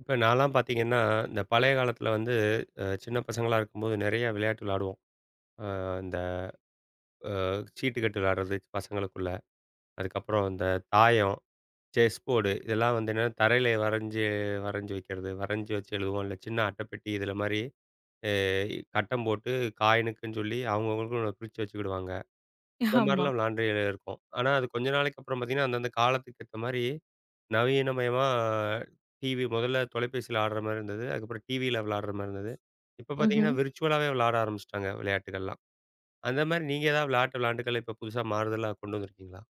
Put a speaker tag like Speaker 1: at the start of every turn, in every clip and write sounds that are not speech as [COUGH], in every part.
Speaker 1: இப்ப நான்லாம் பார்த்தீங்கன்னா, இந்த பழைய காலத்தில வந்து சின்ன பசங்களா இருக்கும்போது நெறைய விளையாட்டு விளையாடுவோம். அ இந்த அ சீட்டுக்கட்டு விளையாடுறது பசங்களுக்குள்ள. அதுக்கப்புறம் இந்த தாயம், செஸ் போர்டு இதெல்லாம் வந்து என்னன்னா தரையில வரைஞ்சு வரைஞ்சு வைக்கிறது. வரைஞ்சு வச்சு எழுதுவோம். இல்ல சின்ன அட்டைப்பெட்டி இதில மாரி அ கட்டம் போட்டு காயினுக்குன்னு சொல்லி அவங்கவங்களுக்கு பிரிச்சு வச்சுக்கிடுவாங்க. இந்த
Speaker 2: ஆமா.
Speaker 1: மாரிலாம் விளையாண்டு இருக்கோம். ஆனா, அது கொஞ்ச நாளைக்கு அப்புறம் பார்த்தீங்கன்னா, அந்தந்த காலத்துக்கு ஏத்த மாரி நவீனமயமா டிவி முதல்ல தொலைபேசியில ஆடுற மாரி இருந்தது. அதுக்கப்புறம் டிவியில விளையாடுற மாரி இருந்தது. இப்ப பார்த்தீங்கன்னா,
Speaker 2: ம்ஹ்ம்.
Speaker 1: விர்ச்சுவலாவே விளையாட ஆரம்பிச்சுட்டாங்க விளையாட்டுகள்லாம். அந்த மாரி நீங்க ஏதாவது விளையாட்டு விளையாண்டுகள் இப்ப புதுசா மாறுதலா கொண்டு வந்திருக்கீங்களா?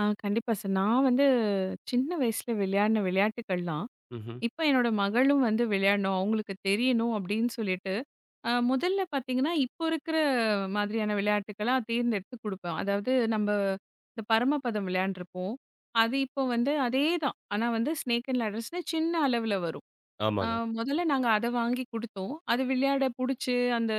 Speaker 2: கண்டிப்பா சார். நான் வந்து சின்ன வயசுல விளையாடின விளையாட்டுக்கள்லாம்,
Speaker 1: ம்ஹ்ம்.
Speaker 2: இப்ப என்னோட மகளும் வந்து விளையாடணும், அவங்களுக்கு தெரியணும் அப்படின்னு சொல்லிட்டு, முதல்ல பார்த்தீங்கன்னா, இப்போ இருக்கிற மாதிரியான விளையாட்டுக்களா தேர்ந்தெடுத்து குடுப்பேன். அதாவது நம்ப இந்த பரமபதம் விளையாண்டுருப்போம். அது இப்போ வந்து அதே தான். ஆனா வந்து ஸ்னேக் அண்ட் லேடர்ஸ்ன்னு சின்ன அளவுல வரும். ஆ
Speaker 1: ஆமாங்க.
Speaker 2: முதல்ல நாங்க அத வாங்கி குடுத்தோம். அது விளையாட புடிச்சு, அந்த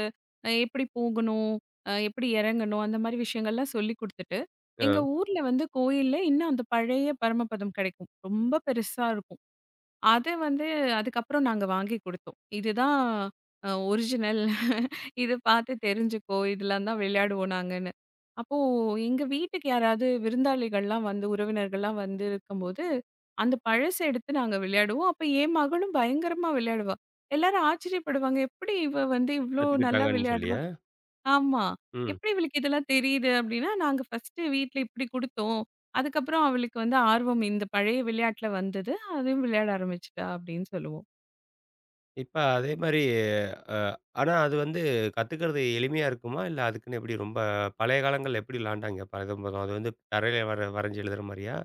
Speaker 2: எப்படி போகணும்? எப்படி இறங்கணும்? அந்த மாரி விஷயங்கள்லாம் சொல்லிக் குடுத்துட்டு, எங்க
Speaker 1: அ
Speaker 2: ஊர்ல வந்து கோயில்ல இன்னும் அந்த பழைய பரமபதம் கிடைக்கும். ரொம்ப பெருசா இருக்கும். அத வந்து அதுக்கப்புறம் நாங்க வாங்கி குடுத்தோம். இதுதான் ஒரிஜினல். இது பார்த்து தெரிஞ்சுக்கோ! இதெல்லாம் தான் விளையாடுவோம் நாங்கன்னு. அப்போ எங்க வீட்டுக்கு யாராவது விருந்தாளிகள்லாம் வந்து, உறவினர்கள்லாம் வந்து இருக்கும்போது, அந்த பழச எடுத்து நாங்க விளையாடுவோம். அப்ப என் மகளும் பயங்கரமா விளையாடுவா. எல்லாரும் ஆச்சரியப்படுவாங்க. "எப்படி இவ வந்து இவ்ளோ நல்லா
Speaker 1: கத்துக்கிட்டாங்கன்னு
Speaker 2: விளையாடுறா?"
Speaker 1: சொல்லியா?
Speaker 2: ஆமா.
Speaker 1: ம்.
Speaker 2: "எப்படி இவளுக்கு இதெல்லாம் தெரியுது?" அப்படின்னா, நாங்க ஃபர்ஸ்ட்டு வீட்ல இப்படி குடுத்தோம். அதுக்கப்புறம் அவளுக்கு வந்து ஆர்வம் இந்த பழைய விளையாட்டுல வந்தது. அதையும் விளையாட ஆரம்பிச்சுட்டா அப்படின்னு சொல்லுவோம்.
Speaker 1: இப்ப அதே மாரி அ ஆனா அது வந்து கத்துக்கிறது எளிமையா இருக்குமா? இல்ல அதுக்குன்னு எப்படி ரொம்ப பழைய காலங்கள்ல எப்படி விளையாண்டாங்க? பரதம்பதம் அது வந்து தரையில வர வரைஞ்சு எழுதுற மாரியா?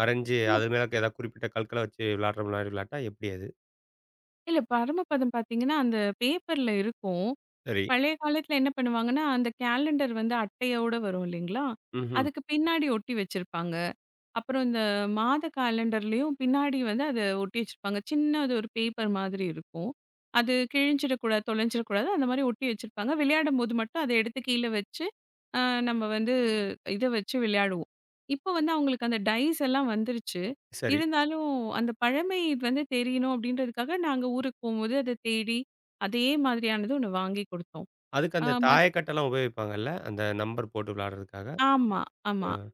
Speaker 1: வரைஞ்சு
Speaker 2: இல்ல,
Speaker 1: அது மேல ஏதாவது குறிப்பிட்ட கற்கள வச்சு விளையாடுற மாரி விளையாட்டா எப்படி அது?
Speaker 2: இல்ல பரமபதம் பார்த்தீங்கன்னா, அந்த பேப்பர்ல இருக்கும்.
Speaker 1: சரி.
Speaker 2: பழைய காலத்துல என்ன பண்ணுவாங்கன்னா, அந்த கேலண்டர் வந்து அட்டையோட வரும் இல்லைங்களா?
Speaker 1: ம்ஹ்ம்.
Speaker 2: அதுக்கு பின்னாடி ஒட்டி வச்சிருப்பாங்க. அப்புறம் இந்த மாத காலண்டர்லயும் பின்னாடி வந்து அத ஒட்டி வச்சிருப்பாங்க. சின்னது ஒரு பேப்பர் மாதிரி இருக்கும். அது கிழிஞ்சிடக்கூடாது, தொலைஞ்சிடக்கூடாது. அந்த மாரி ஒட்டி வச்சிருப்பாங்க. விளையாடும்போது மட்டும் அத எடுத்து கீழ வச்சு, அ நம்ம வந்து இத வச்சு விளையாடுவோம். இப்போ வந்து அவங்களுக்கு அந்த டைஸ் எல்லாம் வந்துருச்சு.
Speaker 1: சரி.
Speaker 2: இருந்தாலும் அந்த பழமை இது வந்து தெரியணும் அப்படின்றதுக்காக நாங்க ஊருக்கு போம்போது அத தேடி, அதே மாதிரியானது ஒண்ணு வாங்கி குடுத்தோம்.
Speaker 1: அதுக்கு
Speaker 2: ஆ
Speaker 1: அந்த
Speaker 2: மத்
Speaker 1: தாயக்கட்டலாம் உபயோகிப்பாங்கல்ல? அந்த நம்பர் போட்டு விளையாடுறதுக்காக.
Speaker 2: ஆமா, ஆமா.
Speaker 1: அ.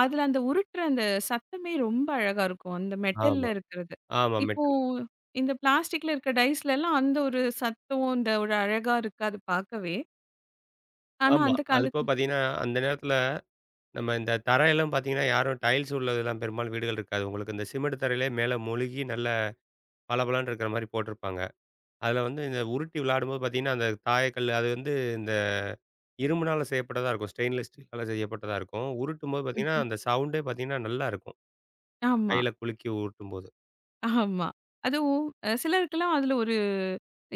Speaker 2: அதுல அந்த உருட்டுற அந்த சத்தமே ரொம்ப அழகா இருக்கும். அந்த
Speaker 1: ஆமா.
Speaker 2: மெட்டல்ல இருக்கிறது.
Speaker 1: ஆமா.
Speaker 2: இப்போ
Speaker 1: மெட்டல்.
Speaker 2: இந்த பிளாஸ்டிக்ல இருக்க டைஸ்லலாம் அந்த ஒரு சத்தம், அந்த ஒரு அழகா இருக்காது பார்க்கவே. ஆனா
Speaker 1: ஆமா.
Speaker 2: அந்த
Speaker 1: அது போக
Speaker 2: காலத்து
Speaker 1: பார்த்தீங்கன்னா, அந்த நேரத்தில நம்ம இந்த தரையெல்லாம் பார்த்தீங்கன்னா, யாரும் டைல்ஸ் உள்ளதெல்லாம் பெரும்பாலும் வீடுகள் இருக்காது. உங்களுக்கு இந்த சிமெண்ட் தரையிலேயே மேல மொழுகி நல்ல பளபளன்னு இருக்கிற மாரி போட்டிருப்பாங்க. அதில வந்து இந்த உருட்டி விளையாடும்போது பார்த்தீங்கன்னா, அந்த தாயக்கல்லு அது வந்து இந்த இரும்பினால செய்யப்பட்டதா இருக்கும். ஸ்டெயின்லெஸ் ஸ்டீலால செய்யப்பட்டதா இருக்கும். உருட்டும்போது பார்த்தீங்கன்னா,
Speaker 2: ம்.
Speaker 1: அந்த சவுண்டே பார்த்தீங்கன்னா, நல்லாருக்கும்.
Speaker 2: ஆமா,
Speaker 1: கையில குலுக்கி உருட்டும்போது.
Speaker 2: ஆமா. அதுவும் சிலருக்குலாம் அதுல ஒரு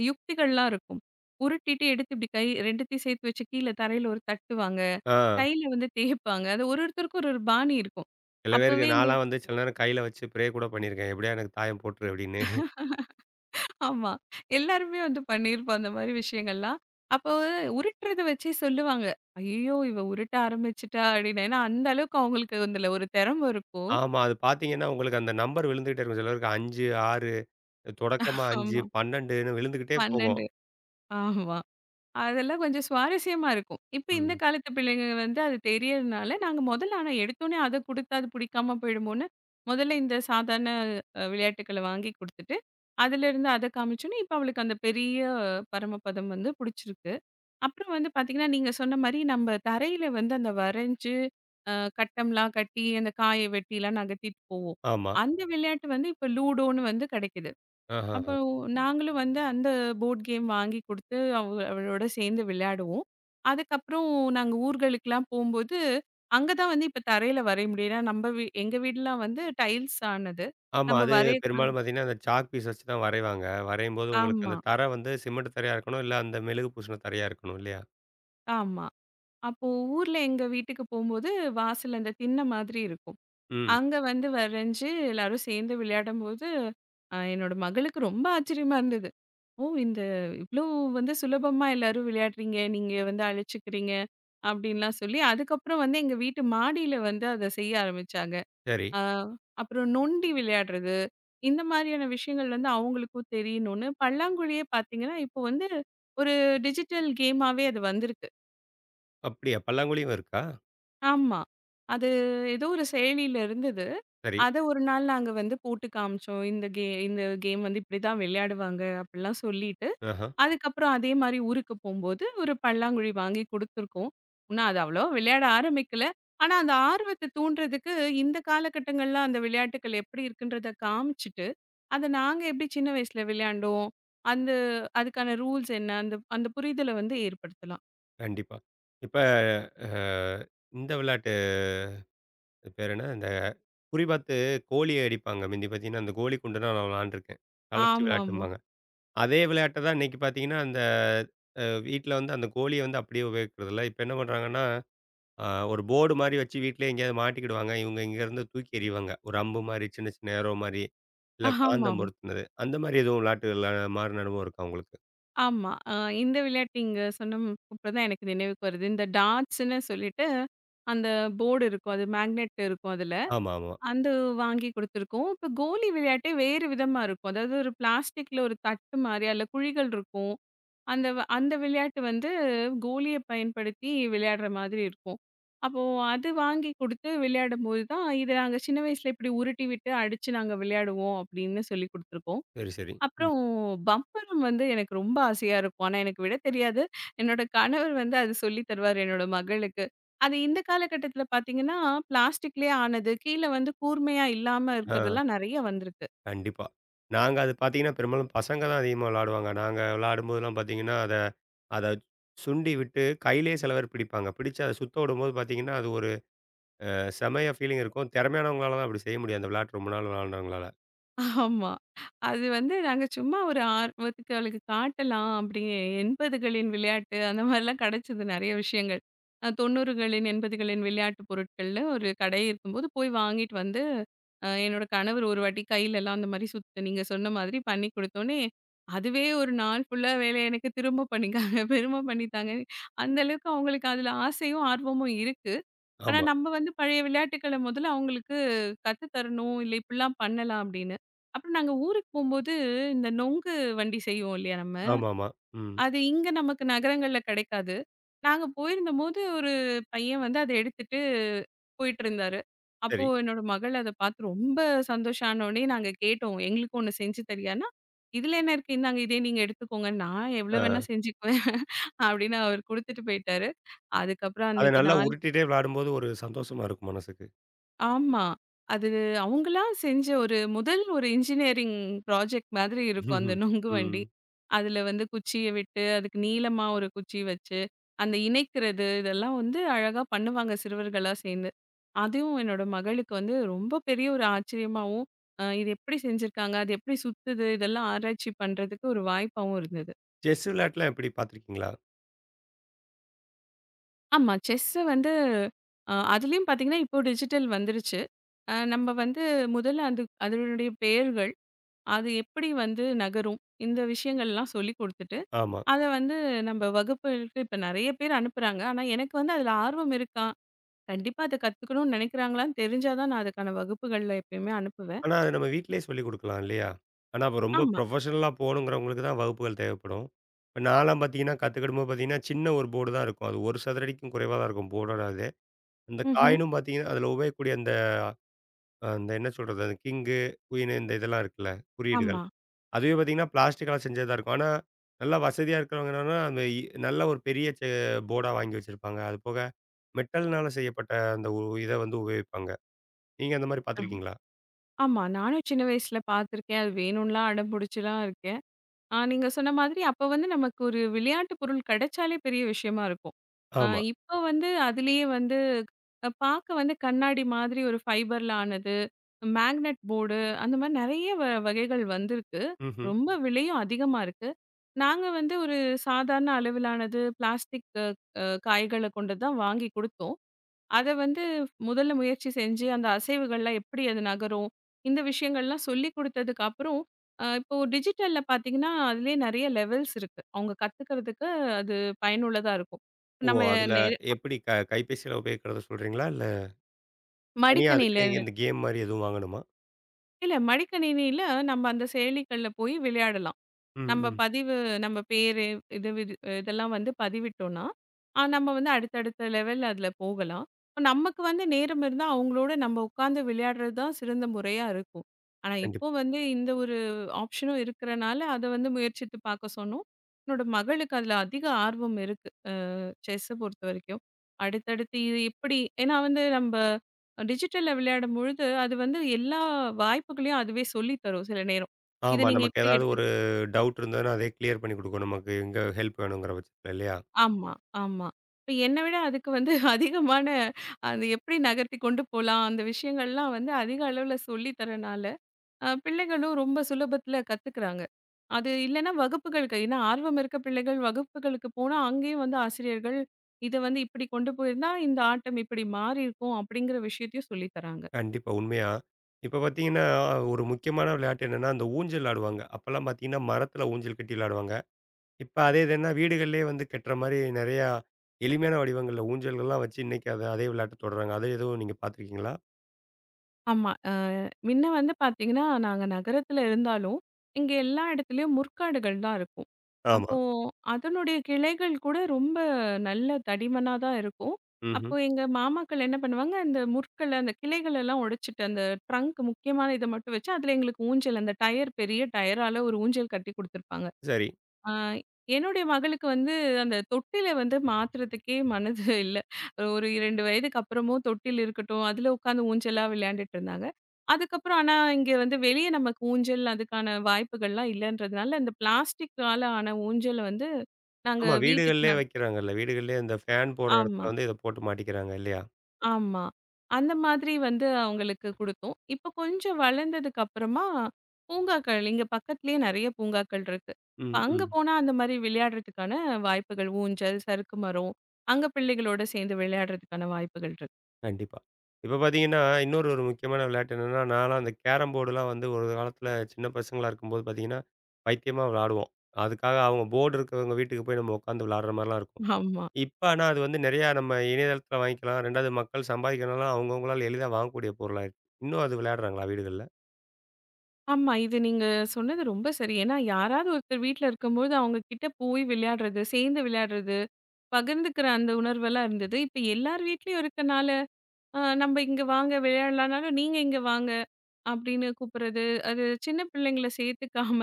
Speaker 2: யுக்திகள்லாம் இருக்கும். உருட்டிட்டு எடுத்து இப்டி கை 2த்தையும் சேர்த்து வச்சு கீழ தரையில ஒரு தட்டுவாங்க.
Speaker 1: ஆ.
Speaker 2: கையில வந்து தேய்ப்பாங்க. அது ஒருத்தருக்கும் ஒரு ஒரு பாணி இருக்கும்.
Speaker 1: சில பேருக்கு
Speaker 2: அப்பவே இங்க
Speaker 1: நான்லாம் வந்து சில நேரம் கையில வச்சு ப்ரே கூட பண்ணியிருக்கேன். "எப்படியா எனக்கு தாயம் போட்டுரு" அப்படின்னு.
Speaker 2: ஆமா. எல்லாருமே வந்து பண்ணியிருப்போம் அந்த மாரி விஷயங்கள்லாம். அப்போ உருட்டுறத வச்சே சொல்லுவாங்க. "ஐயய்யோ! இவ உருட்ட ஆரம்பிச்சுட்டா" அப்படின்னு. ஏன்னா அந்த அளவுக்கு அவங்களுக்கு அதுல ஒரு திறம இருக்கும்.
Speaker 1: ஆமா. அது பார்த்தீங்கன்னா, உங்களுக்கு அந்த நம்பர் விழுந்துகிட்டே இருக்கும். சில பேருக்கு 5, 6 தொடக்கமா 5,
Speaker 2: ஆமா.
Speaker 1: 12ன்னு விழுந்துகிட்டே போகும்.
Speaker 2: 12 ஆமா. அதெல்லாம் கொஞ்சம் சுவாரஸ்யமா இருக்கும். இப்ப இந்த
Speaker 1: ம்.
Speaker 2: காலத்து பிள்ளைங்க வந்து அது தெரியறதுனால, நாங்க முதல்ல ஆனா எடுத்தோனே அத குடுத்தா அது புடிக்காம போயிடுமோன்னு, முதல்ல இந்த சாதாரண விளையாட்டுக்கள வாங்கி குடுத்துட்டு, அதுலேருந்து அத காமிச்சோனே, இப்ப அவளுக்கு அந்த பெரிய பரமபதம் வந்து புடிச்சிருக்கு. அப்புறம் வந்து பார்த்தீங்கன்னா, நீங்க சொன்ன மாரி நம்ம தரையில வந்து அந்த வரைஞ்சு, அ கட்டம்லாம் கட்டி, அந்த காய வெட்டிலாம் நகர்த்திட்டு போவோம்.
Speaker 1: ஆமா.
Speaker 2: அந்த விளையாட்டு வந்து இப்ப லூடோன்னு வந்து கிடைக்குது.
Speaker 1: ஆஹஹ.
Speaker 2: அப்போ நாங்களும் வந்து அந்த போர்ட் கேம் வாங்கி குடுத்து, அவ அவளோட சேர்ந்து விளையாடுவோம். அதுக்கப்புறம் நாங்க ஊர்களுக்குலாம் போம்போது, அங்க தான் வந்து இப்ப தரையில வரைய முடியும். ஏன்னா நம்ம எங்க வீடுலாம் வந்து டைல்ஸ் ஆனது.
Speaker 1: ஆமா.
Speaker 2: நம்ம
Speaker 1: அது
Speaker 2: வரையக்கூடாது.
Speaker 1: பெரும்பாலும் பார்த்தீங்கன்னா, அந்த சாக் பீஸ் வச்சு தான் வரைவாங்க. வரையும்போது உங்களுக்கு
Speaker 2: ஆமா,
Speaker 1: அந்த தரை வந்து சிமெண்ட் தரையா இருக்கணும், இல்ல அந்த மெழுகு பூசின தரையா இருக்கணும் இல்லையா?
Speaker 2: ஆமா. அப்போ ஊர்ல எங்க வீட்டுக்கு போம்போது, வாசல்ல அந்த திண்ண மாதிரி இருக்கும்.
Speaker 1: ம்.
Speaker 2: அங்க வந்து வரைஞ்சு எல்லாரும் சேர்ந்து விளையாடும்போது, என்னோட மகளுக்கு ரொம்ப ஆச்சரியமா இருந்தது. "ஓ! இந்த இவ்ளோ வந்து சுலபமா எல்லாரும் விளையாடுறீங்க. நீங்க வந்து அழிச்சுக்கிறீங்க." அப்படின்லாம் சொல்லி, அதுக்கப்புறம் வந்து எங்க வீட்டு மாடியில வந்து அத செய்ய ஆரம்பிச்சாங்க.
Speaker 1: சரி.
Speaker 2: அ அப்புறம் நொண்டி விளையாடுறது, இந்த மாதிரியான விஷயங்கள் வந்து அவங்களுக்கும் தெரியணும்னு, பல்லாங்குழியே பார்த்தீங்கன்னா, இப்போ வந்து ஒரு டிஜிட்டல் கேமாவே அது வந்திருக்கு.
Speaker 1: அப்படியா? பல்லாங்குழியும் இருக்கா?
Speaker 2: ஆமா. அது ஏதோ ஒரு செயலில இருந்தது.
Speaker 1: சரி.
Speaker 2: அத ஒரு நாள் நாங்க வந்து போட்டு காமிச்சோம். இந்த கேம் வந்து இப்படிதான் விளையாடுவாங்க அப்படிலாம் சொல்லிட்டு,
Speaker 1: ஆஹ.
Speaker 2: அதுக்கப்புறம் அதே மாரி ஊருக்கு போம்போது ஒரு பல்லாங்குழி வாங்கி குடுத்துருக்கோம். ஆனா, அது அவ்வளவா விளையாட ஆரம்பிக்கல. ஆனா, அந்த ஆர்வத்த தூண்டுறதுக்கு இந்த காலகட்டங்கள்ல அந்த விளையாட்டுக்கள் எப்படி இருக்குன்றத காமிச்சுட்டு, அத நாங்க எப்படி சின்ன வயசுல விளையாண்டோம், அந்த அதுக்கான ரூல்ஸ் என்ன, அந்த அந்த புரிதல வந்து ஏற்படுத்தலாம்.
Speaker 1: கண்டிப்பா. இப்ப அ இந்த விளையாட்டு அது பேர் என்ன? இந்த குறி பார்த்து கோழி அடிப்பாங்க. முந்தி பார்த்தீங்கன்னா, அந்த கோழி குண்டுனா நான் விளையாண்டுருக்கேன். கலச்சி
Speaker 2: ஆமாமா.
Speaker 1: விளையாட்டும்பாங்க. அதே விளையாட்ட தான் இன்னைக்கு பார்த்தீங்கன்னா, அந்த வீட்ல வந்து அந்த கோழிய வந்து அப்படியே உபயோகிக்கிறதில்ல. இப்ப என்ன பண்றாங்கன்னா, அ ஒரு போர்டு மாரி வச்சு வீட்லயே எங்கேயாவது மாட்டிக்கிடுவாங்க. இவங்க இங்கேருந்து தூக்கி எறிவாங்க. ஒரு அம்பு மாரி, சின்ன சின்ன ஏரோ மாரி, இல்ல
Speaker 2: ஆமாமா.
Speaker 1: காந்தம் பொருத்துனது. அந்த மாரி எதுவும் விளையாட்டு மாறுன அனுபவம் இருக்கா உங்களுக்கு?
Speaker 2: ஆமா. இந்த விளையாட்டு நீங்க சொன்ன அப்பதான் எனக்கு நினைவுக்கு வருது. இந்த டாட்ஸ்ன்னு சொல்லிட்டு, அந்த போர்டு இருக்கும். அது மேக்னெட் இருக்கும் அதுல.
Speaker 1: ஆமா, ஆமா.
Speaker 2: அந்த வாங்கி குடுத்துருக்கோம். இப்ப கோலி விளையாட்டே வேறு விதமா இருக்கும். அதாவது ஒரு பிளாஸ்டிக்ல ஒரு தட்டு மாரி, அதுல குழிகள் இருக்கும். அந்த விளையாட்டு வந்து கோலிய பயன்படுத்தி விளையாடுற மாதிரி இருக்கும். அப்போ அது வாங்கி குடுத்து விளையாடும்போது தான், "இத நாங்க சின்ன வயசுல இப்படி உருட்டி விட்டு அடிச்சு நாங்க விளையாடுவோம்" அப்படின்னு சொல்லிக் குடுத்துருக்கோம்.
Speaker 1: சரி, சரி. ம்.
Speaker 2: அப்புறம் பம்பரம் வந்து எனக்கு ரொம்ப ஆசையா இருக்கும். ஆனா எனக்கு விட தெரியாது. என்னோட கணவர் வந்து அது சொல்லி தருவாரு என்னோட மகளுக்கு. அது இந்த காலகட்டத்தில பார்த்தீங்கன்னா, பிளாஸ்டிக்லயே ஆனது, கீழ வந்து கூர்மையா இல்லாம
Speaker 1: ஆ.
Speaker 2: இருக்கிறதெல்லாம் நெறைய வந்திருக்கு.
Speaker 1: கண்டிப்பா. நாங்க அது பார்த்தீங்கன்னா, பெரும்பாலும் பசங்க தான் அதிகமா விளாடுவாங்க. நாங்க விளாடும்போதெல்லாம் பார்த்தீங்கன்னா, அத அத சுண்டி விட்டு கையிலேயே சில பேர் பிடிப்பாங்க. பிடிச்சு அத சுத்த விடும்போது பார்த்தீங்கன்னா, அது ஒரு செமையா ஃபீலிங் இருக்கும். திறமையானவங்களால தான் அப்படி செய்ய முடியும். அந்த விளையாட்டு ரொம்ப நாள் விளாண்டவங்களால.
Speaker 2: ஆமா. அது வந்து நாங்க சும்மா ஒரு ஆர்வத்துக்கு அவளுக்கு காட்டலாம் அப்படின்னு 80களின் விளையாட்டு அந்த மாதிரிலாம் கிடைச்சது நிறைய விஷயங்கள். 90களின் 80களின் விளையாட்டு பொருட்கள்ல ஒரு கடை இருக்கும்போது போய் வாங்கிட்டு வந்து, என்னோட கணவர் ஒரு வாட்டி கையிலலாம் அந்த மாதிரி சுத்து நீங்க சொன்ன மாதிரி பண்ணி கொடுத்தோனே, அதுவே ஒரு நாள் ஃபுல்லா வேலைய எனக்கு திரும்ப பண்ணித்தாங்க, திரும்ப பண்ணித்தாங்க. அந்த அளவுக்கு அவங்களுக்கு அதுல ஆசையும், ஆர்வமும் இருக்கு. ஆனா,
Speaker 1: ஆமா.
Speaker 2: நம்ம வந்து பழைய விளையாட்டுக்கள முதல்ல அவங்களுக்கு கத்து தரணும். இல்ல இப்படிலாம் பண்ணலாம் அப்படின்னு. அப்புறம் நாங்க ஊருக்கு போம்போது, இந்த நொங்கு வண்டி செய்வோம் இல்லையா நம்ம.
Speaker 1: ஆமாமா. ம்.
Speaker 2: அது இங்க நமக்கு நகரங்கள்ல கிடைக்காது. நாங்க போயிருந்தபோது ஒரு பையன் வந்து அத எடுத்துட்டு போயிட்டு இருந்தாரு. அப்போ
Speaker 1: சரி.
Speaker 2: என்னோட மகள் அத பார்த்து ரொம்ப சந்தோஷம் ஆனோனே நாங்க கேட்டோம். எங்களுக்கும் ஒண்ணு செஞ்சு தரியான்னா, "இதுல என்ன இருக்கு? இந்தாங்க இதே நீங்க எடுத்துக்கோங்க. நான்
Speaker 1: ஆ.
Speaker 2: எவ்வளோ வேணா செஞ்சுக்குவேன்" அப்படின்னு அவர் குடுத்துட்டு போயிட்டாரு. அதுக்கப்புறம்
Speaker 1: அத
Speaker 2: அன்னைக்கு
Speaker 1: நல்லா
Speaker 2: நாள்
Speaker 1: உருட்டிட்டே விளாடும்போது ஒரு சந்தோஷமா இருக்கும் மனசுக்கு.
Speaker 2: ஆமா. அது அவங்களா செஞ்ச ஒரு முதல் ஒரு இன்ஜினியரிங் ப்ராஜெக்ட் மாதிரி இருக்கும் அந்த
Speaker 1: ம்ஹ்ம்.
Speaker 2: நுங்கு
Speaker 1: ம்.
Speaker 2: வண்டி. அதுல வந்து குச்சிய விட்டு, அதுக்கு நீளமா ஒரு குச்சி வச்சு, அந்த இணைக்கிறது இதெல்லாம் வந்து அழகா பண்ணுவாங்க சிறுவர்களா சேர்ந்து. அதுவும் என்னோட மகளுக்கு வந்து ரொம்ப பெரிய ஒரு ஆச்சரியமாவும், இது எப்படி செஞ்சிருக்காங்க? அது எப்படி சுத்துது? இதெல்லாம் ஆராய்ச்சி பண்றதுக்கு ஒரு வாய்ப்பாவும் இருந்தது.
Speaker 1: செஸ் விளையாட்டுலாம் எப்படி பார்த்துருக்கீங்களா?
Speaker 2: ஆமா. செஸ்ஸு வந்து அதுலயும் பார்த்தீங்கன்னா, இப்போ டிஜிட்டல் வந்துருச்சு. நம்ம வந்து முதல்ல அது அதனுடைய பெயர்கள் அது எப்படி வந்து நகரும்? இந்த விஷயங்கள்லாம் சொல்லிக் குடுத்துட்டு,
Speaker 1: ஆமா.
Speaker 2: அத வந்து நம்ம வகுப்புகளுக்கு இப்ப நெறைய பேர் அனுப்புறாங்க. ஆனா, எனக்கு வந்து அதுல ஆர்வம் இருக்கா? கண்டிப்பா அத கத்துக்கணும்னு நெனைக்கிறாங்களான்னு தெரிஞ்சா தான் நான் அதுக்கான வகுப்புகள்ல எப்பயுமே அனுப்புவேன்.
Speaker 1: ஆனா, அது நம்ம வீட்லயே சொல்லிக் குடுக்கலாம் இல்லையா? ஆனா, அப்ப ரொம்ப
Speaker 2: ஆமா.
Speaker 1: ப்ரொஃபஷனலா போணுங்கிறவங்களுக்கு தான் வகுப்புகள் தேவைப்படும். இப்ப நான்லாம் பார்த்தீங்கன்னா, கத்துக்கிடும்போது பார்த்தீங்கன்னா, சின்ன ஒரு போர்டு தான் இருக்கும். அது 1 சதுர அடிக்கும் குறைவா தான் இருக்கும் போர்டோட அது. அந்த
Speaker 2: ம்ஹ்ம்.
Speaker 1: காயினும் பார்த்தீங்கன்னா, அதில உபயோகிக்கக்கூடிய அந்த அந்த என்ன சொல்றது? அந்த கிங்கு, குயினு இந்த இதெல்லாம் இருக்குல்ல, குறியீடுகள்.
Speaker 2: ஆமா.
Speaker 1: அதுவே பார்த்தீங்கன்னா, பிளாஸ்டிக்கால செஞ்சது தான் இருக்கும். ஆனா, நல்லா வசதியா இருக்கிறவங்க என்னன்னா, அந்த நல்ல ஒரு பெரிய போர்டா வாங்கி வச்சிருப்பாங்க. அது போக மெட்டல்னால செய்யப்பட்ட அந்த இத வந்து உபயோகிப்பாங்க. நீங்க அந்த மாரி
Speaker 2: அ
Speaker 1: பார்த்துருக்கீங்களா?
Speaker 2: ஆமா. நானும் சின்ன வயசுல பார்த்துருக்கேன். அது வேணும்லாம் அடம் புடிச்சுலாம் இருக்கேன். நீங்க சொன்ன மாதிரி அப்ப வந்து நமக்கு ஒரு விளையாட்டு பொருள் கிடைச்சாலே பெரிய விஷயமா இருக்கும். அ
Speaker 1: ஆமா.
Speaker 2: இப்ப வந்து அதிலேயே வந்து பார்க்க வந்து கண்ணாடி மாதிரி ஒரு ஃபைபர்ல ஆனது. மேக்னெட் போர்டு அந்த மாரி நெறைய வகைகள் வந்திருக்கு.
Speaker 1: ம்ஹ்ம்.
Speaker 2: ரொம்ப விலையும் அதிகமா இருக்கு. நாங்க வந்து ஒரு சாதாரண அளவிலானது பிளாஸ்டிக் அ அ காய்கள கொண்டு தான் வாங்கி குடுத்தோம். அத வந்து முதல்ல முயற்சி செஞ்சு அந்த அசைவுகள்லாம் எப்படி அது நகரும்? இந்த விஷயங்கள்லாம் சொல்லிக் குடுத்ததுக்கு அப்புறம், இப்போ டிஜிட்டல்ல பார்த்தீங்கன்னா, அதிலயே நெறைய லெவல்ஸ் இருக்கு. அவங்க கத்துக்கிறதுக்கு அது பயனுள்ளதா இருக்கும்.
Speaker 1: ஓ!
Speaker 2: நம்ம
Speaker 1: அதுல
Speaker 2: நெ
Speaker 1: எப்படி கைபேசியில உபயோகிக்கிறத சொல்றீங்களா? இல்ல தனியா அதுக்குன்னு
Speaker 2: மடிக்கணினில
Speaker 1: இந்த கேம் மாரி எதுவும் வாங்கணுமா?
Speaker 2: இல்ல மடிக்கணினில நம்ம அந்த செயலிகள்ல போய் விளையாடலாம்.
Speaker 1: ம்,
Speaker 2: நம்ம
Speaker 1: ம்.
Speaker 2: பதிவு நம்ம பேரு, இது விது இதெல்லாம் வந்து பதிவிட்டோம்னா, நம்ம வந்து அடுத்தடுத்த லெவல் அதுல போகலாம். இப்ப நமக்கு வந்து நேரம் இருந்தா, அவங்களோட நம்ம உட்கார்ந்து விளையாடுறது தான் சிறந்த முறையா இருக்கும். ஆனா, இப்போ
Speaker 1: கண்டிப்பா.
Speaker 2: வந்து இந்த ஒரு ஆப்ஷனும் இருக்கிறனால, அத வந்து முயற்சித்து பார்க்க சொன்னோம். என்னோட மகளுக்கு அதுல அதிக ஆர்வம் இருக்கு. செஸ்ஸ பொறுத்தவரைக்கும். அடுத்தடுத்து இது எப்படி ஏன்னா வந்து நம்ப டிஜிட்டல்ல விளையாடும்பொழுது, அது வந்து எல்லா வாய்ப்புகளையும் அதுவே சொல்லி தரும் சில நேரம். "இத
Speaker 1: ஆமா.
Speaker 2: நீங்க
Speaker 1: நமக்கு
Speaker 2: இப்படி
Speaker 1: ஏதாவது
Speaker 2: எடுத்து
Speaker 1: ஒரு டவுட் இருந்ததுன்னா, அதே கிளியர் பண்ணி குடுக்கும். நமக்கு எங்க ஹெல்ப் வேணுங்கிற பட்சத்தில இல்லையா?
Speaker 2: ஆமா, ஆமா. இப்ப என்ன விட அதுக்கு வந்து [LAUGHS] அதிகமான அது எப்படி நகர்த்தி கொண்டு போலாம், அந்த விஷயங்கள்லாம் வந்து அதிக அளவுல சொல்லி தரனால, பிள்ளைகளும் ரொம்ப சுலபத்துல கத்துக்குறாங்க. அது இல்லன்னா வகுப்புகளுக்கு ஏன்னா ஆர்வம் இருக்க பிள்ளைகள் வகுப்புகளுக்கு போனா, அங்கேயும் வந்து ஆசிரியர்கள் இத வந்து இப்படி கொண்டு போயிருந்தா, இந்த ஆட்டம் இப்படி மாறியிருக்கும் அப்படிங்கிற விஷயத்தையும் சொல்லி தராங்க.
Speaker 1: கண்டிப்பா உண்மையா. இப்ப பார்த்தீங்கன்னா, ஒரு முக்கியமான விளையாட்டு என்னன்னா, அந்த ஊஞ்சல் விளாடுவாங்க. அப்பலாம் பார்த்தீங்கன்னா, மரத்தில ஊஞ்சல் கட்டி விளாடுவாங்க. இப்ப அதே இதுன்னா வீடுகள்லயே வந்து கட்டுற மாரி நெறையா எளிமையான வடிவங்கள்ல ஊஞ்சல்கள்லாம் வச்சு இன்னைக்கு அத அதே விளையாட்டு தொடர்றாங்க. அது எதுவும் நீங்க பார்த்துருக்கீங்களா?
Speaker 2: ஆமா. முன்ன வந்து பார்த்தீங்கன்னா, நாங்க நகரத்துல இருந்தாலும், இங்க எல்லா இடத்துலயும் முற்காடுகள் தான் இருக்கும்.
Speaker 1: ஆமா.
Speaker 2: அப்போ அதனுடைய கிளைகள் கூட ரொம்ப நல்ல தடிமனா தான் இருக்கும்.
Speaker 1: ம்ஹ்ம்.
Speaker 2: அப்போ எங்க மாமாக்கள் என்ன பண்ணுவாங்க, அந்த முற்கள அந்த கிளைகள் எல்லாம் உடைச்சுட்டு, அந்த ட்ரங்க் முக்கியமான இத மட்டும் வச்சு, அதுல எங்களுக்கு ஊஞ்சல் அந்த டயர் பெரிய டயரால ஒரு ஊஞ்சல் கட்டி குடுத்துருப்பாங்க.
Speaker 1: சரி.
Speaker 2: ஆ, என்னுடைய மகளுக்கு வந்து அந்த தொட்டில வந்து மாத்துறதுக்கே மனது [LAUGHS] இல்ல. ஒரு 2 வயதுக்கு அப்புறமும் தொட்டில் இருக்கட்டும், அதுல உட்காந்து ஊஞ்சலா விளையாண்டுட்டு இருந்தாங்க. அதுக்கப்புறம் ஆனா இங்க வந்து வெளிய நமக்கு ஊஞ்சல் அதுக்கான வாய்ப்புகள்லாம் இல்லன்றதுனால, இந்த பிளாஸ்டிக்கால ஆன ஊஞ்சல வந்து நாங்க
Speaker 1: ஆமா.
Speaker 2: வீட்டுக்கு
Speaker 1: வீடுகள்லயே
Speaker 2: நா
Speaker 1: வைக்கிறாங்கல்ல. வீடுகள்லயே இந்த ஃபேன் போடுற
Speaker 2: ஆமா.
Speaker 1: இடத்துல வந்து இத போட்டு மாட்டிக்கிறாங்க இல்லையா?
Speaker 2: ஆமா. அந்த மாதிரி வந்து அவங்களுக்கு குடுத்தோம். இப்ப கொஞ்சம் வளர்ந்ததுக்கு அப்புறமா, பூங்காக்கள் இங்க பக்கத்திலேயே நெறைய பூங்காக்கள் இருக்கு. இப்ப
Speaker 1: ம்,
Speaker 2: அங்க
Speaker 1: ம்.
Speaker 2: போனா அந்த மாரி விளையாடுறதுக்கான வாய்ப்புகள், ஊஞ்சல், சறுக்கு மரம், அங்க பிள்ளைகளோட சேர்ந்து விளையாடுறதுக்கான வாய்ப்புகள் இருக்கு.
Speaker 1: கண்டிப்பா. இப்ப பார்த்தீங்கன்னா, இன்னொரு முக்கியமான விளையாட்டு என்னன்னா, நான்லாம் அந்த கேரம் போர்டுலாம் வந்து ஒரு காலத்துல சின்ன பசங்களா இருக்கும்போது பார்த்தீங்கன்னா, பைத்தியமா விளாடுவோம். அதுக்காக அவங்க போர்டு இருக்கிறவங்க வீட்டுக்கு போய் நம்ம உட்காந்து விளாடுற மாரிலாம் இருக்கும்.
Speaker 2: ஆமா.
Speaker 1: இப்ப ஆனா அது வந்து நெறையா நம்ம இணையதளத்துல வாங்கிக்கலாம். 2வது மக்கள் சம்பாதிக்கிறனால அவங்கவங்களால எளிதா வாங்கக்கூடிய பொருளாயிருக்கு. இன்னும் அது விளையாடுறாங்களா வீடுகள்ல?
Speaker 2: ஆமா. இது நீங்க சொன்னது ரொம்ப சரி. ஏன்னா யாராவது ஒருத்தர் வீட்ல இருக்கும்போது அவங்க கிட்ட போய் விளையாடுறது, சேர்ந்து விளையாடுறது, பகிர்ந்துக்கிற அந்த உணர்வெல்லாம் இருந்தது. இப்ப எல்லார் வீட்லயும் இருக்கனால ஆ "நம்ப இங்க வாங்க விளையாடலாம்னாலும், நீங்க இங்க வாங்க" அப்படின்னு கூப்பிடுறது. அது சின்ன பிள்ளைங்கள சேர்த்துக்காம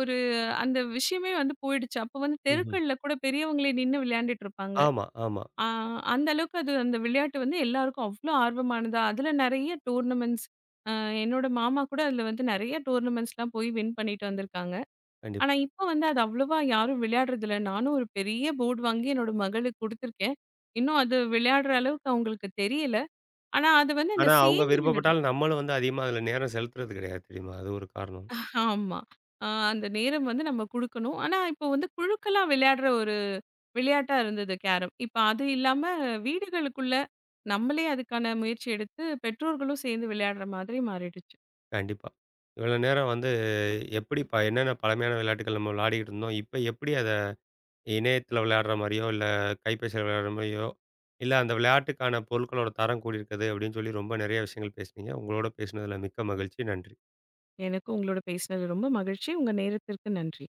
Speaker 2: ஒரு அந்த விஷயமே வந்து போயிடுச்சு. அப்போ வந்து
Speaker 1: ம்ஹ்ம்.
Speaker 2: தெருக்கள்ல கூட பெரியவங்களே நின்னு விளையாண்டுட்டு இருப்பாங்க.
Speaker 1: ஆமா, ஆமா.
Speaker 2: ஆ அந்த அளவுக்கு அது அந்த விளையாட்டு வந்து எல்லாருக்கும் அவ்ளோ ஆர்வமானதா, அதில நெறைய டோர்னமெண்ட்ஸ் அ என்னோட மாமா கூட அதில வந்து நெறைய டோர்னமெண்ட்ஸ்லாம் போய் வின் பண்ணிட்டு வந்திருக்காங்க.
Speaker 1: கண்டிப்பா.
Speaker 2: ஆனா இப்போ வந்து அது அவ்வளவா யாரும் விளையாடுறதில்ல. நானும் ஒரு பெரிய போர்டு வாங்கி என்னோட மகளுக்கு குடுத்துருக்கேன். இன்னும் அது விளையாடுற அளவுக்கு அவங்களுக்கு தெரியல. ஆனா, அது வந்து அந்த
Speaker 1: ஆனா, அவங்க
Speaker 2: சேர்ந்து விளையாடுறது.
Speaker 1: விருப்பப்பட்டாலும் நம்மளும் வந்து அதிகமா அதில நேரம் செலுத்துறது கிடையாது தெரியுமா? அது ஒரு காரணம்.
Speaker 2: [LAUGHS] ஆமா. அந்த நேரம் வந்து நம்ம குடுக்கணும். ஆனா, இப்போ வந்து குழுக்களா விளையாடுற ஒரு விளையாட்டா இருந்தது கேரம். இப்ப அது இல்லாம வீடுகளுக்குள்ள நம்மளே அதுக்கான முயற்சி எடுத்து பெற்றோர்களும் சேர்ந்து விளையாடுற மாதிரி மாறிடுச்சு.
Speaker 1: கண்டிப்பா. இவ்வளோ நேரம் வந்து எப்படிப்பா என்னென்ன பழமையான விளையாட்டுகள் நம்ம விளையாடிக்கிட்டு இருந்தோம்? இப்ப எப்படி அத இணையத்தில விளையாடுற மாரியோ, இல்ல கைபேசியில விளையாடுற மாரியோ, இல்ல அந்த விளையாட்டுக்கான பொருட்களோட தரம் கூடியிருக்குது அப்படின்னு சொல்லி ரொம்ப நிறைய விஷயங்கள் பேசுனீங்க. உங்களோட பேசினதில மிக்க மகிழ்ச்சி. நன்றி.
Speaker 2: எனக்கு உங்களோட பேசினது ரொம்ப மகிழ்ச்சி. உங்க நேரத்திற்கு நன்றி.